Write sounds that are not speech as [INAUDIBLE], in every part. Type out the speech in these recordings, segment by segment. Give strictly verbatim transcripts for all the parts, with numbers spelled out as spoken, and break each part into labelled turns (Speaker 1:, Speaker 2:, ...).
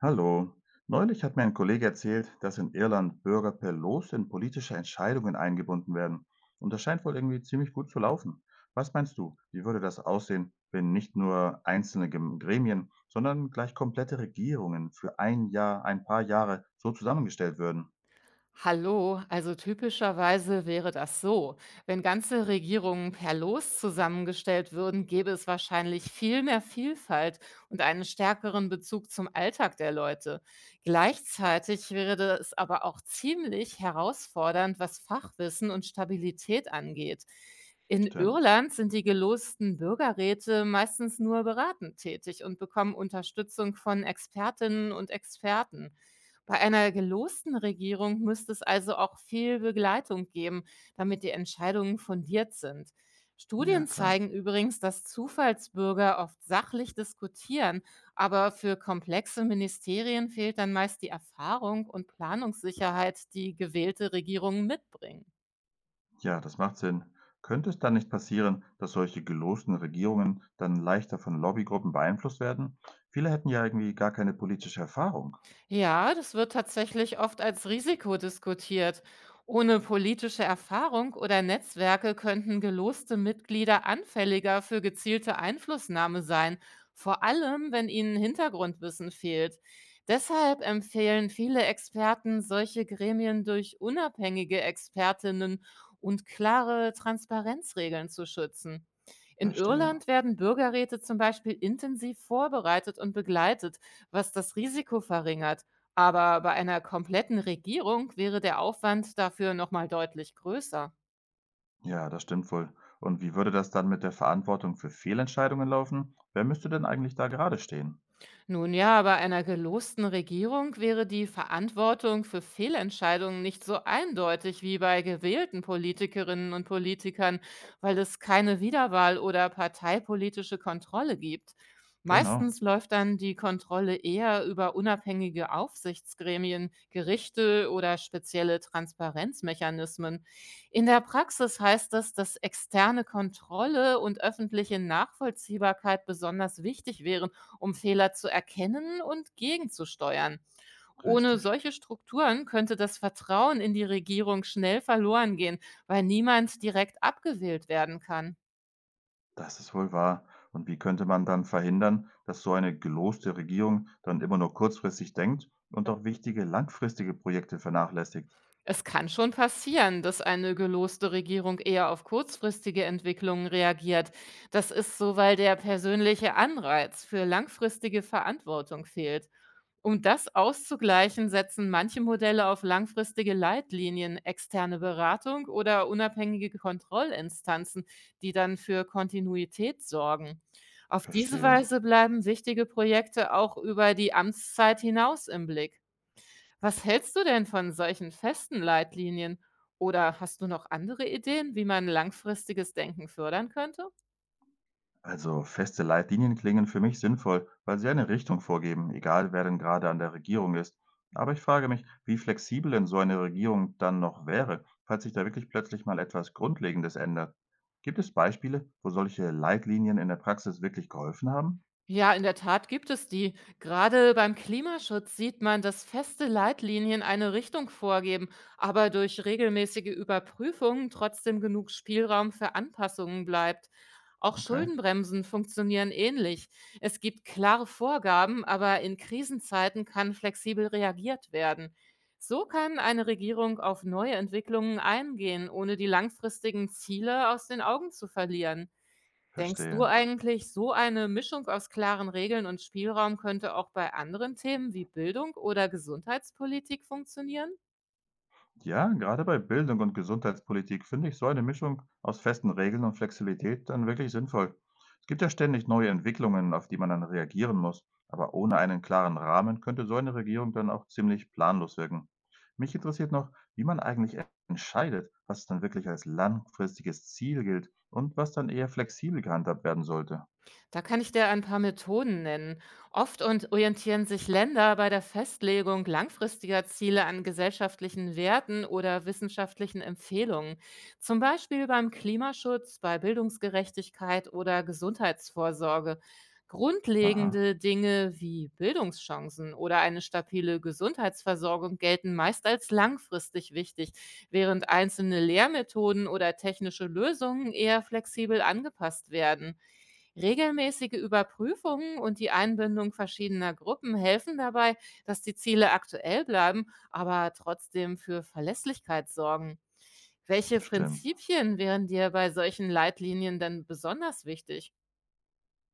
Speaker 1: Hallo. Neulich hat mir ein Kollege erzählt, dass in Irland Bürger per Los in politische Entscheidungen eingebunden werden. Und das scheint wohl irgendwie ziemlich gut zu laufen. Was meinst du, wie würde das aussehen, wenn nicht nur einzelne Gem- Gremien, sondern gleich komplette Regierungen für ein Jahr, ein paar Jahre so zusammengestellt würden?
Speaker 2: Hallo, also typischerweise wäre das so. Wenn ganze Regierungen per Los zusammengestellt würden, gäbe es wahrscheinlich viel mehr Vielfalt und einen stärkeren Bezug zum Alltag der Leute. Gleichzeitig wäre es aber auch ziemlich herausfordernd, was Fachwissen und Stabilität angeht. In
Speaker 1: Stimmt.
Speaker 2: Irland sind die gelosten Bürgerräte meistens nur beratend tätig und bekommen Unterstützung von Expertinnen und Experten. Bei einer gelosten Regierung müsste es also auch viel Begleitung geben, damit die Entscheidungen fundiert sind.
Speaker 1: Ja,
Speaker 2: Studien
Speaker 1: klar.
Speaker 2: zeigen übrigens, dass Zufallsbürger oft sachlich diskutieren, aber für komplexe Ministerien fehlt dann meist die Erfahrung und Planungssicherheit, die gewählte Regierungen mitbringen.
Speaker 1: Ja, das macht Sinn. Könnte es dann nicht passieren, dass solche gelosten Regierungen dann leichter von Lobbygruppen beeinflusst werden? Viele hätten ja irgendwie gar keine politische Erfahrung.
Speaker 2: Ja, das wird tatsächlich oft als Risiko diskutiert. Ohne politische Erfahrung oder Netzwerke könnten geloste Mitglieder anfälliger für gezielte Einflussnahme sein, vor allem wenn ihnen Hintergrundwissen fehlt. Deshalb empfehlen viele Experten, solche Gremien durch unabhängige Expertinnen und klare Transparenzregeln zu schützen. In
Speaker 1: Verstehe.
Speaker 2: Irland werden Bürgerräte zum Beispiel intensiv vorbereitet und begleitet, was das Risiko verringert. Aber bei einer kompletten Regierung wäre der Aufwand dafür noch mal deutlich größer.
Speaker 1: Ja, das stimmt wohl. Und wie würde das dann mit der Verantwortung für Fehlentscheidungen laufen? Wer müsste denn eigentlich da gerade stehen?
Speaker 2: Nun ja, bei einer gelosten Regierung wäre die Verantwortung für Fehlentscheidungen nicht so eindeutig wie bei gewählten Politikerinnen und Politikern, weil es keine Wiederwahl oder parteipolitische Kontrolle gibt.
Speaker 1: Genau,
Speaker 2: Meistens läuft dann die Kontrolle eher über unabhängige Aufsichtsgremien, Gerichte oder spezielle Transparenzmechanismen. In der Praxis heißt das, dass externe Kontrolle und öffentliche Nachvollziehbarkeit besonders wichtig wären, um Fehler zu erkennen und gegenzusteuern. Ohne
Speaker 1: richtig.
Speaker 2: solche Strukturen könnte das Vertrauen in die Regierung schnell verloren gehen, weil niemand direkt abgewählt werden kann.
Speaker 1: Das ist wohl wahr. Und wie könnte man dann verhindern, dass so eine geloste Regierung dann immer nur kurzfristig denkt und auch wichtige langfristige Projekte vernachlässigt?
Speaker 2: Es kann schon passieren, dass eine geloste Regierung eher auf kurzfristige Entwicklungen reagiert. Das ist so, weil der persönliche Anreiz für langfristige Verantwortung fehlt. Um das auszugleichen, setzen manche Modelle auf langfristige Leitlinien, externe Beratung oder unabhängige Kontrollinstanzen, die dann für Kontinuität sorgen. Auf diese
Speaker 1: Verstehe.
Speaker 2: Weise bleiben wichtige Projekte auch über die Amtszeit hinaus im Blick. Was hältst du denn von solchen festen Leitlinien? Oder hast du noch andere Ideen, wie man langfristiges Denken fördern könnte?
Speaker 1: Also feste Leitlinien klingen für mich sinnvoll, weil sie eine Richtung vorgeben, egal wer denn gerade an der Regierung ist. Aber ich frage mich, wie flexibel denn so eine Regierung dann noch wäre, falls sich da wirklich plötzlich mal etwas Grundlegendes ändert. Gibt es Beispiele, wo solche Leitlinien in der Praxis wirklich geholfen haben?
Speaker 2: Ja, in der Tat gibt es die. Gerade beim Klimaschutz sieht man, dass feste Leitlinien eine Richtung vorgeben, aber durch regelmäßige Überprüfungen trotzdem genug Spielraum für Anpassungen bleibt. Auch
Speaker 1: Okay,
Speaker 2: Schuldenbremsen funktionieren ähnlich. Es gibt klare Vorgaben, aber in Krisenzeiten kann flexibel reagiert werden. So kann eine Regierung auf neue Entwicklungen eingehen, ohne die langfristigen Ziele aus den Augen zu verlieren. Denkst du
Speaker 1: verstehe.
Speaker 2: eigentlich, so eine Mischung aus klaren Regeln und Spielraum könnte auch bei anderen Themen wie Bildung oder Gesundheitspolitik funktionieren?
Speaker 1: Ja, gerade bei Bildung und Gesundheitspolitik finde ich so eine Mischung aus festen Regeln und Flexibilität dann wirklich sinnvoll. Es gibt ja ständig neue Entwicklungen, auf die man dann reagieren muss, aber ohne einen klaren Rahmen könnte so eine Regierung dann auch ziemlich planlos wirken. Mich interessiert noch, wie man eigentlich e- entscheidet, was dann wirklich als langfristiges Ziel gilt und was dann eher flexibel gehandhabt werden sollte.
Speaker 2: Da kann ich dir ein paar Methoden nennen. Oft und orientieren sich Länder bei der Festlegung langfristiger Ziele an gesellschaftlichen Werten oder wissenschaftlichen Empfehlungen, zum Beispiel beim Klimaschutz, bei Bildungsgerechtigkeit oder Gesundheitsvorsorge.
Speaker 1: Aha,
Speaker 2: Grundlegende Dinge wie Bildungschancen oder eine stabile Gesundheitsversorgung gelten meist als langfristig wichtig, während einzelne Lehrmethoden oder technische Lösungen eher flexibel angepasst werden. Regelmäßige Überprüfungen und die Einbindung verschiedener Gruppen helfen dabei, dass die Ziele aktuell bleiben, aber trotzdem für Verlässlichkeit sorgen. Welche
Speaker 1: stimmt.
Speaker 2: Prinzipien wären dir bei solchen Leitlinien denn besonders wichtig?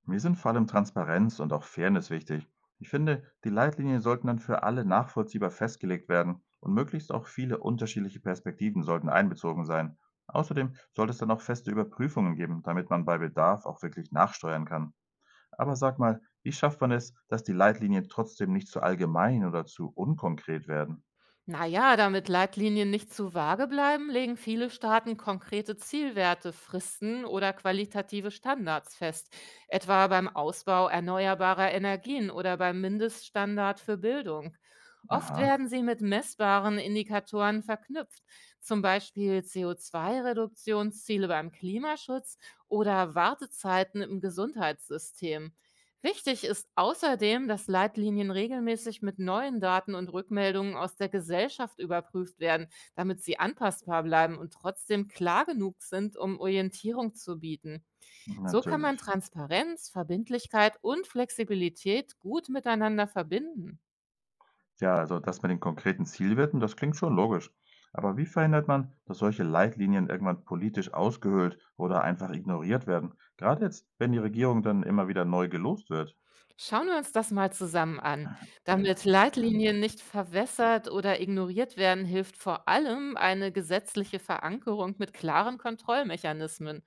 Speaker 1: Mir sind vor allem Transparenz und auch Fairness wichtig. Ich finde, die Leitlinien sollten dann für alle nachvollziehbar festgelegt werden und möglichst auch viele unterschiedliche Perspektiven sollten einbezogen sein. Außerdem sollte es dann auch feste Überprüfungen geben, damit man bei Bedarf auch wirklich nachsteuern kann. Aber sag mal, wie schafft man es, dass die Leitlinien trotzdem nicht zu allgemein oder zu unkonkret werden?
Speaker 2: Na ja, damit Leitlinien nicht zu vage bleiben, legen viele Staaten konkrete Zielwerte, Fristen oder qualitative Standards fest, etwa beim Ausbau erneuerbarer Energien oder beim Mindeststandard für Bildung. Oft
Speaker 1: Aha,
Speaker 2: werden sie mit messbaren Indikatoren verknüpft, zum Beispiel C O zwei Reduktionsziele beim Klimaschutz oder Wartezeiten im Gesundheitssystem. Wichtig ist außerdem, dass Leitlinien regelmäßig mit neuen Daten und Rückmeldungen aus der Gesellschaft überprüft werden, damit sie anpassbar bleiben und trotzdem klar genug sind, um Orientierung zu bieten. So kann man
Speaker 1: natürlich.
Speaker 2: Transparenz, Verbindlichkeit und Flexibilität gut miteinander verbinden.
Speaker 1: Ja, also das mit den konkreten Zielwerten, das klingt schon logisch. Aber wie verhindert man, dass solche Leitlinien irgendwann politisch ausgehöhlt oder einfach ignoriert werden? Gerade jetzt, wenn die Regierung dann immer wieder neu gelost wird.
Speaker 2: Schauen wir uns das mal zusammen an. Damit
Speaker 1: [CLEARS THROAT] Hm,
Speaker 2: Leitlinien nicht verwässert oder ignoriert werden, hilft vor allem eine gesetzliche Verankerung mit klaren Kontrollmechanismen.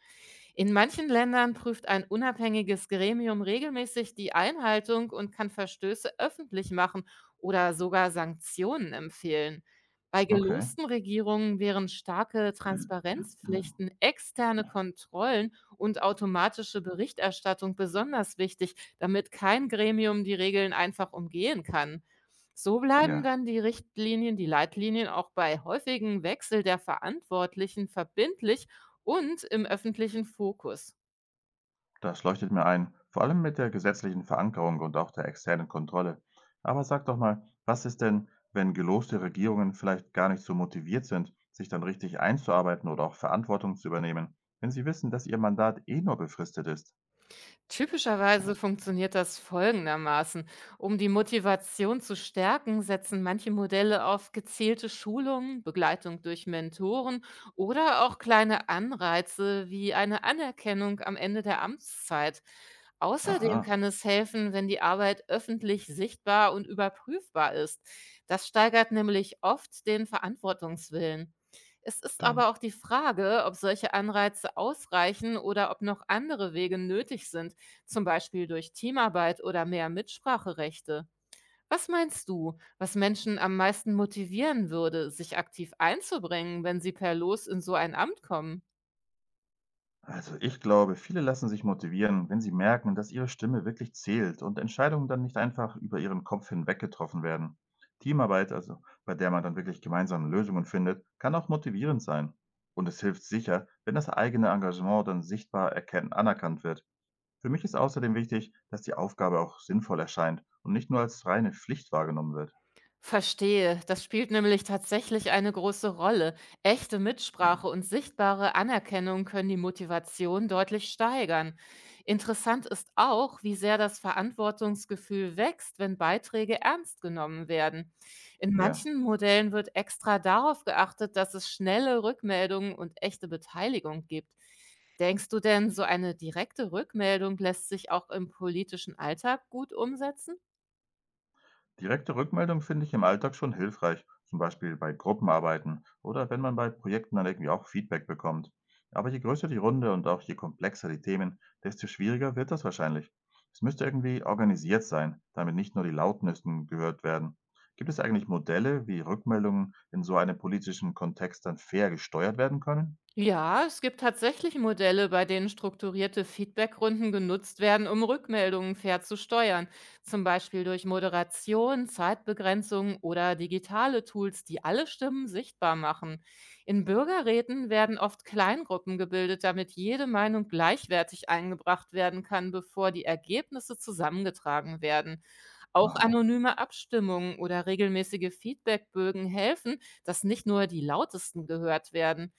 Speaker 2: In manchen Ländern prüft ein unabhängiges Gremium regelmäßig die Einhaltung und kann Verstöße öffentlich machen oder sogar Sanktionen empfehlen. Bei
Speaker 1: Okay.
Speaker 2: gelosten Regierungen wären starke
Speaker 1: Hm,
Speaker 2: Transparenzpflichten, externe Kontrollen und automatische Berichterstattung besonders wichtig, damit kein Gremium die Regeln einfach umgehen kann. So bleiben
Speaker 1: Ja,
Speaker 2: dann die Richtlinien, die Leitlinien auch bei häufigem Wechsel der Verantwortlichen verbindlich und im öffentlichen Fokus.
Speaker 1: das leuchtet mir ein. Vor allem mit der gesetzlichen Verankerung und auch der externen Kontrolle. Aber sag doch mal, was ist denn, wenn geloste Regierungen vielleicht gar nicht so motiviert sind, sich dann richtig einzuarbeiten oder auch Verantwortung zu übernehmen, wenn sie wissen, dass ihr Mandat eh nur befristet ist?
Speaker 2: Typischerweise funktioniert das folgendermaßen. Um die Motivation zu stärken, setzen manche Modelle auf gezielte Schulungen, Begleitung durch Mentoren oder auch kleine Anreize wie eine Anerkennung am Ende der Amtszeit. Außerdem
Speaker 1: Aha.
Speaker 2: kann es helfen, wenn die Arbeit öffentlich sichtbar und überprüfbar ist. Das steigert nämlich oft den Verantwortungswillen. Es ist aber
Speaker 1: Stimmt.
Speaker 2: auch die Frage, ob solche Anreize ausreichen oder ob noch andere Wege nötig sind, zum Beispiel durch Teamarbeit oder mehr Mitspracherechte. Was meinst du, was Menschen am meisten motivieren würde, sich aktiv einzubringen, wenn sie per Los in so ein Amt kommen?
Speaker 1: Also ich glaube, viele lassen sich motivieren, wenn sie merken, dass ihre Stimme wirklich zählt und Entscheidungen dann nicht einfach über ihren Kopf hinweg getroffen werden. Teamarbeit, also bei der man dann wirklich gemeinsame Lösungen findet, kann auch motivierend sein. Und es hilft sicher, wenn das eigene Engagement dann sichtbar erken- anerkannt wird. Für mich ist außerdem wichtig, dass die Aufgabe auch sinnvoll erscheint und nicht nur als reine Pflicht wahrgenommen wird.
Speaker 2: Verstehe, das spielt nämlich tatsächlich eine große Rolle. Echte Mitsprache und sichtbare Anerkennung können die Motivation deutlich steigern. Interessant ist auch, wie sehr das Verantwortungsgefühl wächst, wenn Beiträge ernst genommen werden. In
Speaker 1: Ja.
Speaker 2: manchen Modellen wird extra darauf geachtet, dass es schnelle Rückmeldungen und echte Beteiligung gibt. Denkst du denn, so eine direkte Rückmeldung lässt sich auch im politischen Alltag gut umsetzen?
Speaker 1: Direkte Rückmeldung finde ich im Alltag schon hilfreich, zum Beispiel bei Gruppenarbeiten oder wenn man bei Projekten dann irgendwie auch Feedback bekommt. Aber je größer die Runde und auch je komplexer die Themen, desto schwieriger wird das wahrscheinlich. Es müsste irgendwie organisiert sein, damit nicht nur die Lautnüssen gehört werden. Gibt es eigentlich Modelle, wie Rückmeldungen in so einem politischen Kontext dann fair gesteuert werden können?
Speaker 2: Ja, es gibt tatsächlich Modelle, bei denen strukturierte Feedbackrunden genutzt werden, um Rückmeldungen fair zu steuern. Zum Beispiel durch Moderation, Zeitbegrenzung oder digitale Tools, die alle Stimmen sichtbar machen. In Bürgerräten werden oft Kleingruppen gebildet, damit jede Meinung gleichwertig eingebracht werden kann, bevor die Ergebnisse zusammengetragen werden. Auch
Speaker 1: Aha,
Speaker 2: anonyme Abstimmungen oder regelmäßige Feedbackbögen helfen, dass nicht nur die Lautesten gehört werden.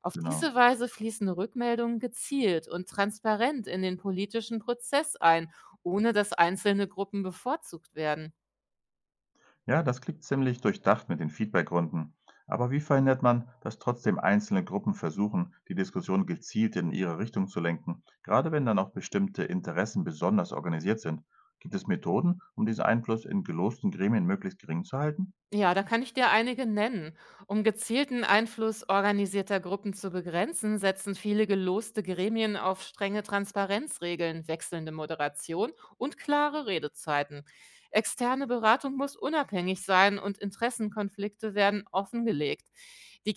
Speaker 2: Auf
Speaker 1: genau.
Speaker 2: diese Weise fließen Rückmeldungen gezielt und transparent in den politischen Prozess ein, ohne dass einzelne Gruppen bevorzugt werden.
Speaker 1: Ja, das klingt ziemlich durchdacht mit den Feedbackrunden. Aber wie verhindert man, dass trotzdem einzelne Gruppen versuchen, die Diskussion gezielt in ihre Richtung zu lenken, gerade wenn dann auch bestimmte Interessen besonders organisiert sind? Gibt es Methoden, um diesen Einfluss in gelosten Gremien möglichst gering zu halten?
Speaker 2: Ja, da kann ich dir einige nennen. Um gezielten Einfluss organisierter Gruppen zu begrenzen, setzen viele geloste Gremien auf strenge Transparenzregeln, wechselnde Moderation und klare Redezeiten. Externe Beratung muss unabhängig sein und Interessenkonflikte werden offengelegt.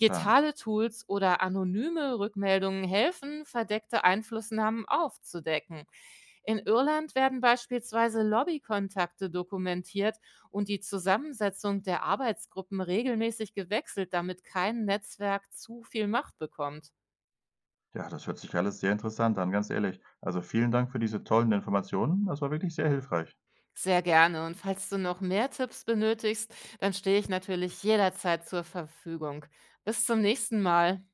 Speaker 1: Klar.
Speaker 2: Tools oder anonyme Rückmeldungen helfen, verdeckte Einflussnahmen aufzudecken. In Irland werden beispielsweise Lobbykontakte dokumentiert, und die Zusammensetzung der Arbeitsgruppen regelmäßig gewechselt, damit kein Netzwerk zu viel Macht bekommt.
Speaker 1: Ja, das hört sich alles sehr interessant an, ganz ehrlich. Also vielen Dank für diese tollen Informationen. Das war wirklich sehr hilfreich.
Speaker 2: Sehr gerne. Und falls du noch mehr Tipps benötigst, dann stehe ich natürlich jederzeit zur Verfügung. Bis zum nächsten Mal.